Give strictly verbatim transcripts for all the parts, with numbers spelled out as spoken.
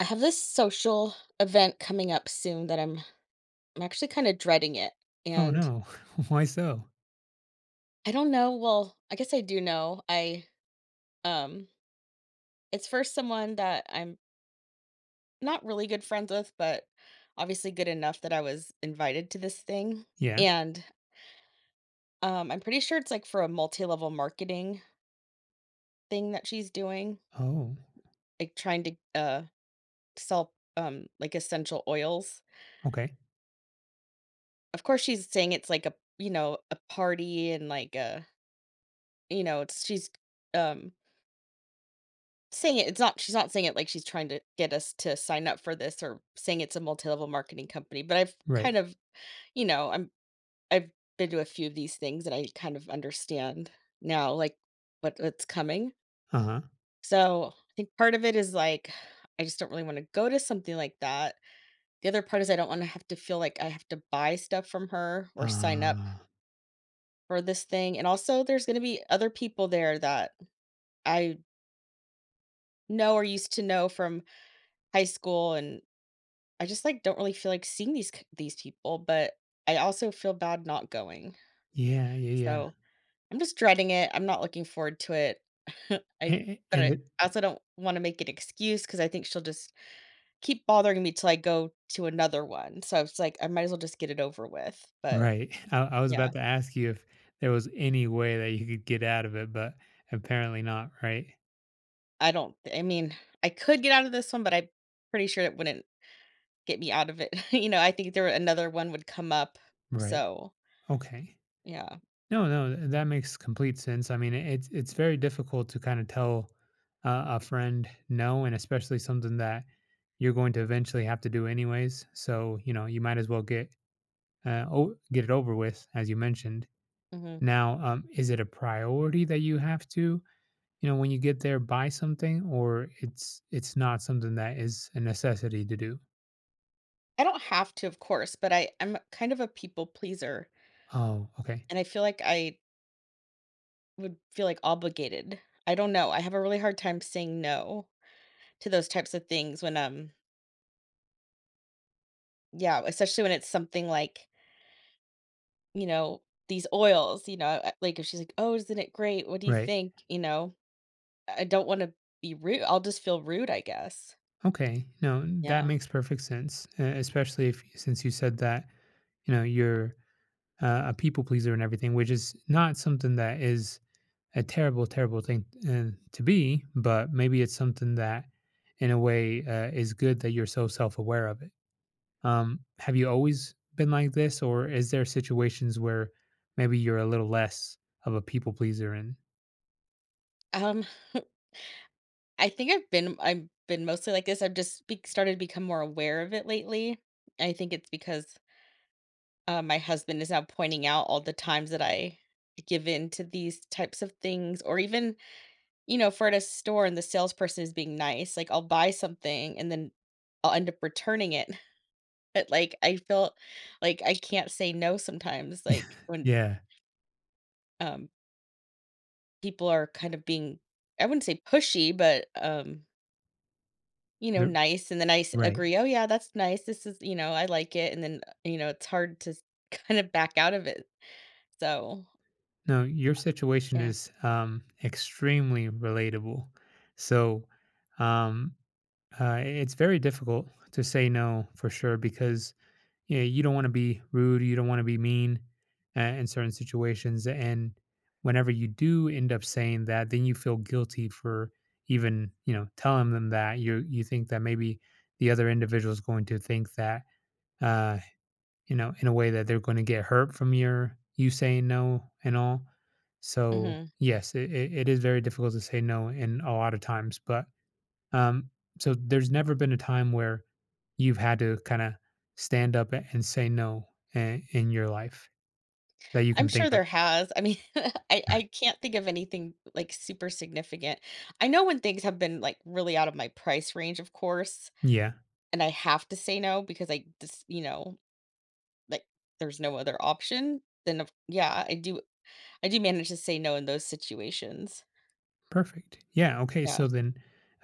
I have this social event coming up soon that I'm I'm actually kind of dreading it. Oh, And no. Why so? I don't know, well, I guess I do know. I um it's for someone that I'm not really good friends with, but obviously good enough that I was invited to this thing. Yeah. And um I'm pretty sure it's like for a multi-level marketing thing that she's doing, Oh, like trying to uh sell um like essential oils. okay. Of course she's saying it's like a, you know, a party and like a You know, it's she's, um, saying it it's not, she's not saying it like she's trying to get us to sign up for this or saying it's a multi-level marketing company, but I've Right. kind of, you know, I'm I've been to a few of these things and I kind of understand now, like what what's coming. Uh-huh. So, I think part of it is like I just don't really want to go to something like that. The other part is I don't want to have to feel like I have to buy stuff from her or sign up Uh, for this thing. And also there's going to be other people there that I know or used to know from high school, and I just like don't really feel like seeing these c- these people, but I also feel bad not going. yeah, yeah, yeah. So I'm just dreading it. I'm not looking forward to it. I A- a- but And I it also don't want to make an excuse because I think she'll just keep bothering me till I go to another one. So it's like I might as well just get it over with. But right. I, I was about yeah, to ask you if there was any way that you could get out of it, but apparently not, right? I don't. Th- I mean, I could get out of this one, but I'm pretty sure it wouldn't get me out of it. You know, I think there another one would come up. Right. So Okay. yeah. No, no, th- that makes complete sense. I mean, it- it's it's very difficult to kind of tell uh, a friend no, and especially something that you're going to eventually have to do anyways. So, you know, you might as well get uh, o- get it over with, as you mentioned. Mhm. Now, um, is it a priority that you have to, you know, when you get there, buy something, or it's it's not something that is a necessity to do? I don't have to, of course, but I I'm kind of a people pleaser, Oh, okay, and I feel like I would feel, like, obligated. I don't know, I have a really hard time saying no to those types of things when, um yeah, especially when it's something like, you know, these oils, you know, uh, like, if she's like, "Oh, isn't it great? What do you right, think?" You know? I don't wanna be rude. I'll just feel rude, I guess. okay. No, that Yeah. makes perfect sense, uh, especially if since you said that, you know, you're uh, a people pleaser and everything, which is not something that is a terrible, terrible thing uh, to be, but maybe it's something that, in a way, uh, is good that you're so self aware of it. Um, have you always been like this, or is there situations where maybe you're a little less of a people pleaser? And Um, I think I've been I've been mostly like this. I've just be started to become more aware of it lately. I think it's because uh, my husband is now pointing out all the times that I give in to these types of things, or even, you know, if we're at a store and the salesperson is being nice, like I'll buy something and then I'll end up returning it. But like I feel like I can't say no sometimes, like when yeah, um people are kind of being, I wouldn't say pushy, but um, you know, the- nice. And then I s- right. agree, oh yeah, that's nice. This is, you know, I like it. And then, you know, it's hard to s- kind of back out of it. So No, your situation yeah. is um, extremely relatable. So um, uh, it's very difficult to say no for sure because yeah, you don't want to be rude, you don't want to be mean uh, in certain situations. And whenever you do end up saying that, then you feel guilty for even, you know, telling them that you you think that maybe the other individual is going to think that, uh, you know, in a way that they're going to get hurt from your you saying no and all. So Hmm. yes, it, it it is very difficult to say no in a lot of times, but um, so there's never been a time where you've had to kind of stand up a- and say no in, in your life that you I'm can sure think of. there has. I mean, I I can't think of anything like super significant. I know when things have been like really out of my price range, of course, Yeah, and I have to say no because I just, you know, like there's no other option, then of, yeah, I do I do manage to say no in those situations. perfect. Yeah, okay. Yeah. So then,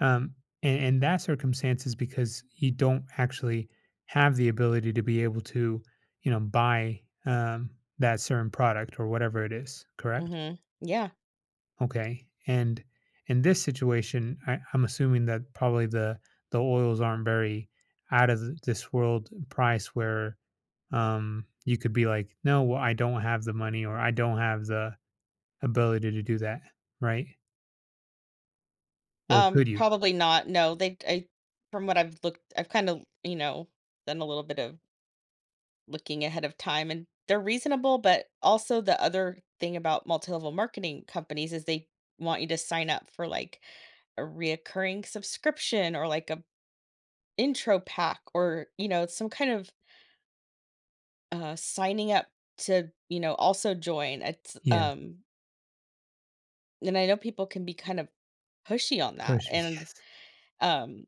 um, and, and that circumstance is because you don't actually have the ability to be able to, you know, buy um, that certain product or whatever it is, correct? Mhm. Yeah. Okay. And in this situation, I, I'm assuming that probably the the oils aren't very out of th- this world price where um you could be like, no, well, I don't have the money or I don't have the ability to do that, right? Or could Um you? Probably not. No, they I From what I've looked, I've kind of, you know, done a little bit of looking ahead of time and they're reasonable, but also the other thing about multi-level marketing companies is they want you to sign up for like a reoccurring subscription or like a intro pack or, you know, some kind of uh signing up to, you know, also join it's Yeah, um and I know people can be kind of pushy on that. pushy. And um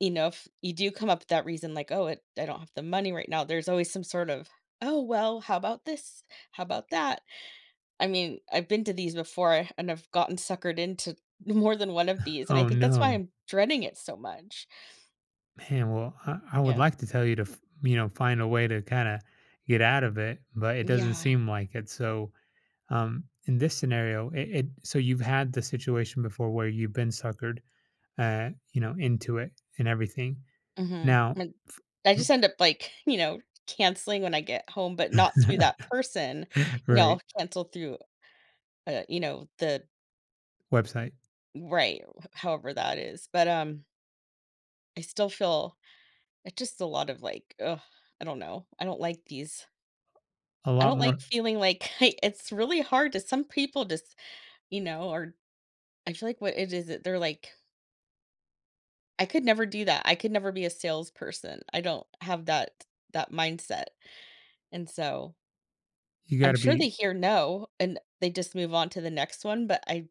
you know, if you do come up with that reason, like, oh, it, I don't have the money right now, there's always some sort of, oh well how about this, how about that. I mean, I've been to these before and I've gotten suckered into more than one of these, and I Oh think that's why no, I'm dreading it so much. man. Well, I, I would Yeah. like to tell you to f- you know find a way to kind of get out of it, but it doesn't Yeah. seem like it. So Um, in this scenario, it, it so you've had the situation before where you've been suckered, uh, you know, into it and everything. Mhm. Now, And I just end up, like, you know, canceling when I get home, but not through that person. You know, right, I'll cancel through, uh, you know, the website right, however that is. But, um, I still feel it's just a lot of, like, ugh, I don't know. I don't like these. a I lot don't more. like feeling like I it's really hard to some people just, you know, are I feel like what it is that they're like, I could never do that. I could never be a salesperson. I don't have that that mindset. And so You got I'm to sure be they hear no and they just move on to the next one, but I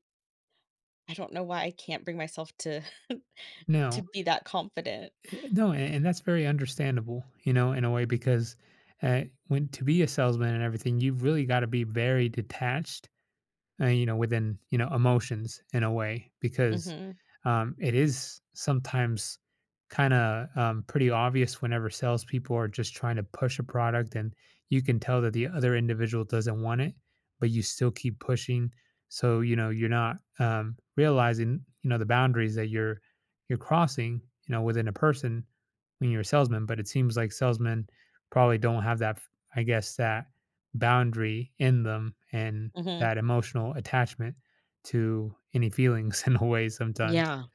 I don't know why I can't bring myself to to no, be that confident. eh, no, and, and that's very understandable, you know, in a way because uh, when to be a salesman and everything, you've really got to be very detached uh, you know, within you know emotions in a way because Mhm. um, it is sometimes kind of um, pretty obvious whenever salespeople are just trying to push a product and you can tell that the other individual doesn't want it, but you still keep pushing. So you know you're not um, realizing you know the boundaries that you're you're crossing you know within a person when you're a salesman. But it seems like salesmen probably don't have that I guess that boundary in them and Mhm. that emotional attachment to any feelings in a way sometimes. Yeah.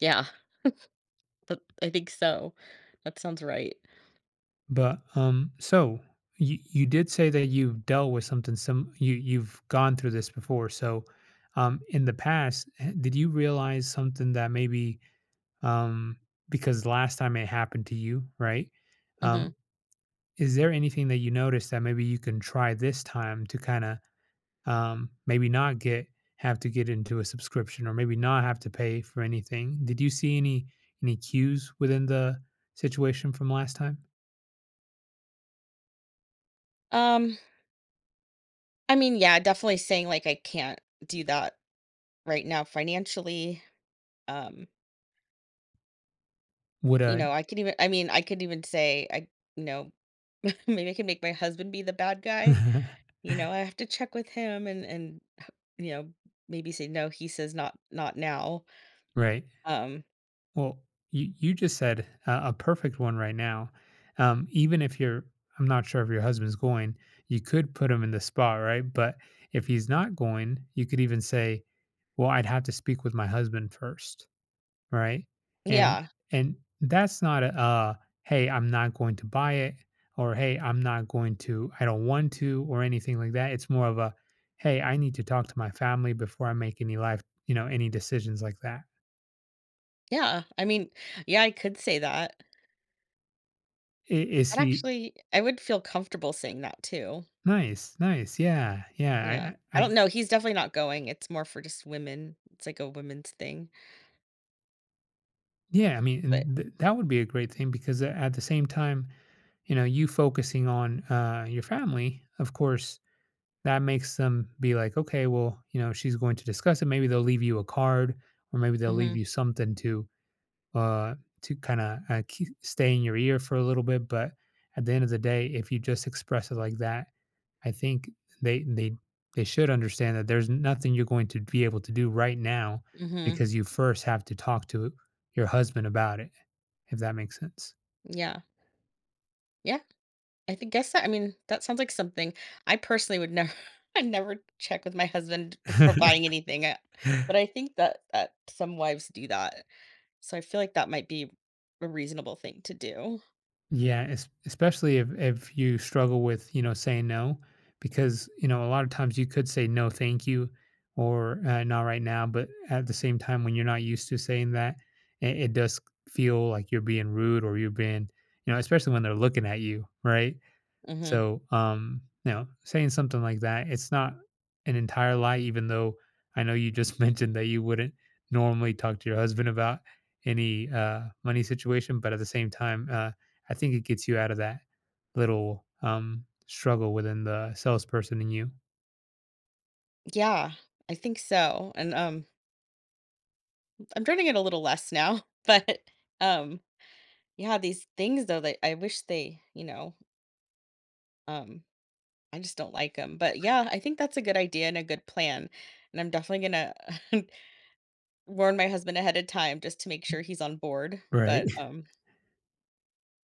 Yeah. But I think so. That sounds right. But um, so you you did say that you've dealt with something some you you've gone through this before. So um, in the past, h- did you realize something that maybe um, because last time it happened to you, right? Mhm. Um, is there anything that you noticed that maybe you can try this time to kind of um, maybe not get have to get into a subscription or maybe not have to pay for anything. Did you see any any cues within the situation from last time? Um I mean, yeah, definitely saying like I can't do that right now financially. Um Would You a know, I could even I mean, I could even say I you know, maybe I could make my husband be the bad guy. You know, I have to check with him and and you know, maybe say no, he says not not now. right? Um Well, you you just said uh, a perfect one right now. Um, even if you're, I'm not sure if your husband's going, you could put him in the spot, right? But if he's not going, you could even say, "Well, I'd have to speak with my husband first." Right? And yeah. and that's not a, uh, "Hey, I'm not going to buy it," or, "Hey, I'm not going to I don't want to," or anything like that. It's more of a, "Hey, I need to talk to my family before I make any life you know, any decisions like that." Yeah. I mean, yeah, I could say that. I is That he actually I would feel comfortable saying that too. Nice, nice. Yeah, Yeah. yeah. I I I I don't know, he's definitely not going. It's more for just women. It's like a women's thing. Yeah, I mean, But and th that would be a great thing because a at the same time, you know, you focusing on, uh, your family, of course that makes them be like, okay, well, you know, she's going to discuss it. Maybe they'll leave you a card, or maybe they'll leave mhm. you something to uh to kind of uh, keep, stay in your ear for a little bit. But at the end of the day, if you just express it like that, I think they they they should understand that there's nothing you're going to be able to do right now Mhm. because you first have to talk to your husband about it. If that makes sense. Yeah. Yeah. I think guess that I mean, that sounds like something I personally would never I never check with my husband before buying anything, uh, but I think that that some wives do that, so I feel like that might be a reasonable thing to do. Yeah, es- especially if if you struggle with, you know, saying no, Mhm, because, you know, a lot of times you could say no, thank you, or uh, not right now. But at the same time, when you're not used to saying that, it, it does feel like you're being rude or you're being, you know, especially when they're looking at you, right? mhm. So, um, you know, saying something like that, it's not an entire lie, even though I know you just mentioned that you wouldn't normally talk to your husband about any uh, money situation, but at the same time, uh, I think it gets you out of that little um, struggle within the salesperson in you. Yeah, I think so, and, um, I'm dreading it a little less now, but, um, yeah, these things though that I wish they, you know, um, I just don't like like them. But yeah, I think that's a good idea and a good plan, and I'm definitely gonna warn my husband ahead of time just to make sure he's on board, Right. but, um,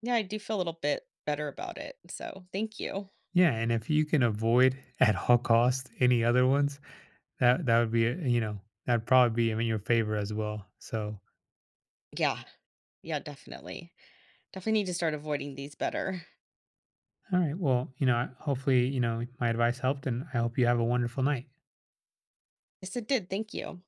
yeah, I do feel a little bit better about it, so thank you. Yeah, and if you can avoid at all cost any other ones, that that would be uh, you know that'd probably be in your favor as well. So Yeah. Yeah, definitely. Definitely need to start avoiding these better. all right. Well, you know, I- hopefully, you know, my advice helped and I hope you have a wonderful night. Yes, it did, thank you.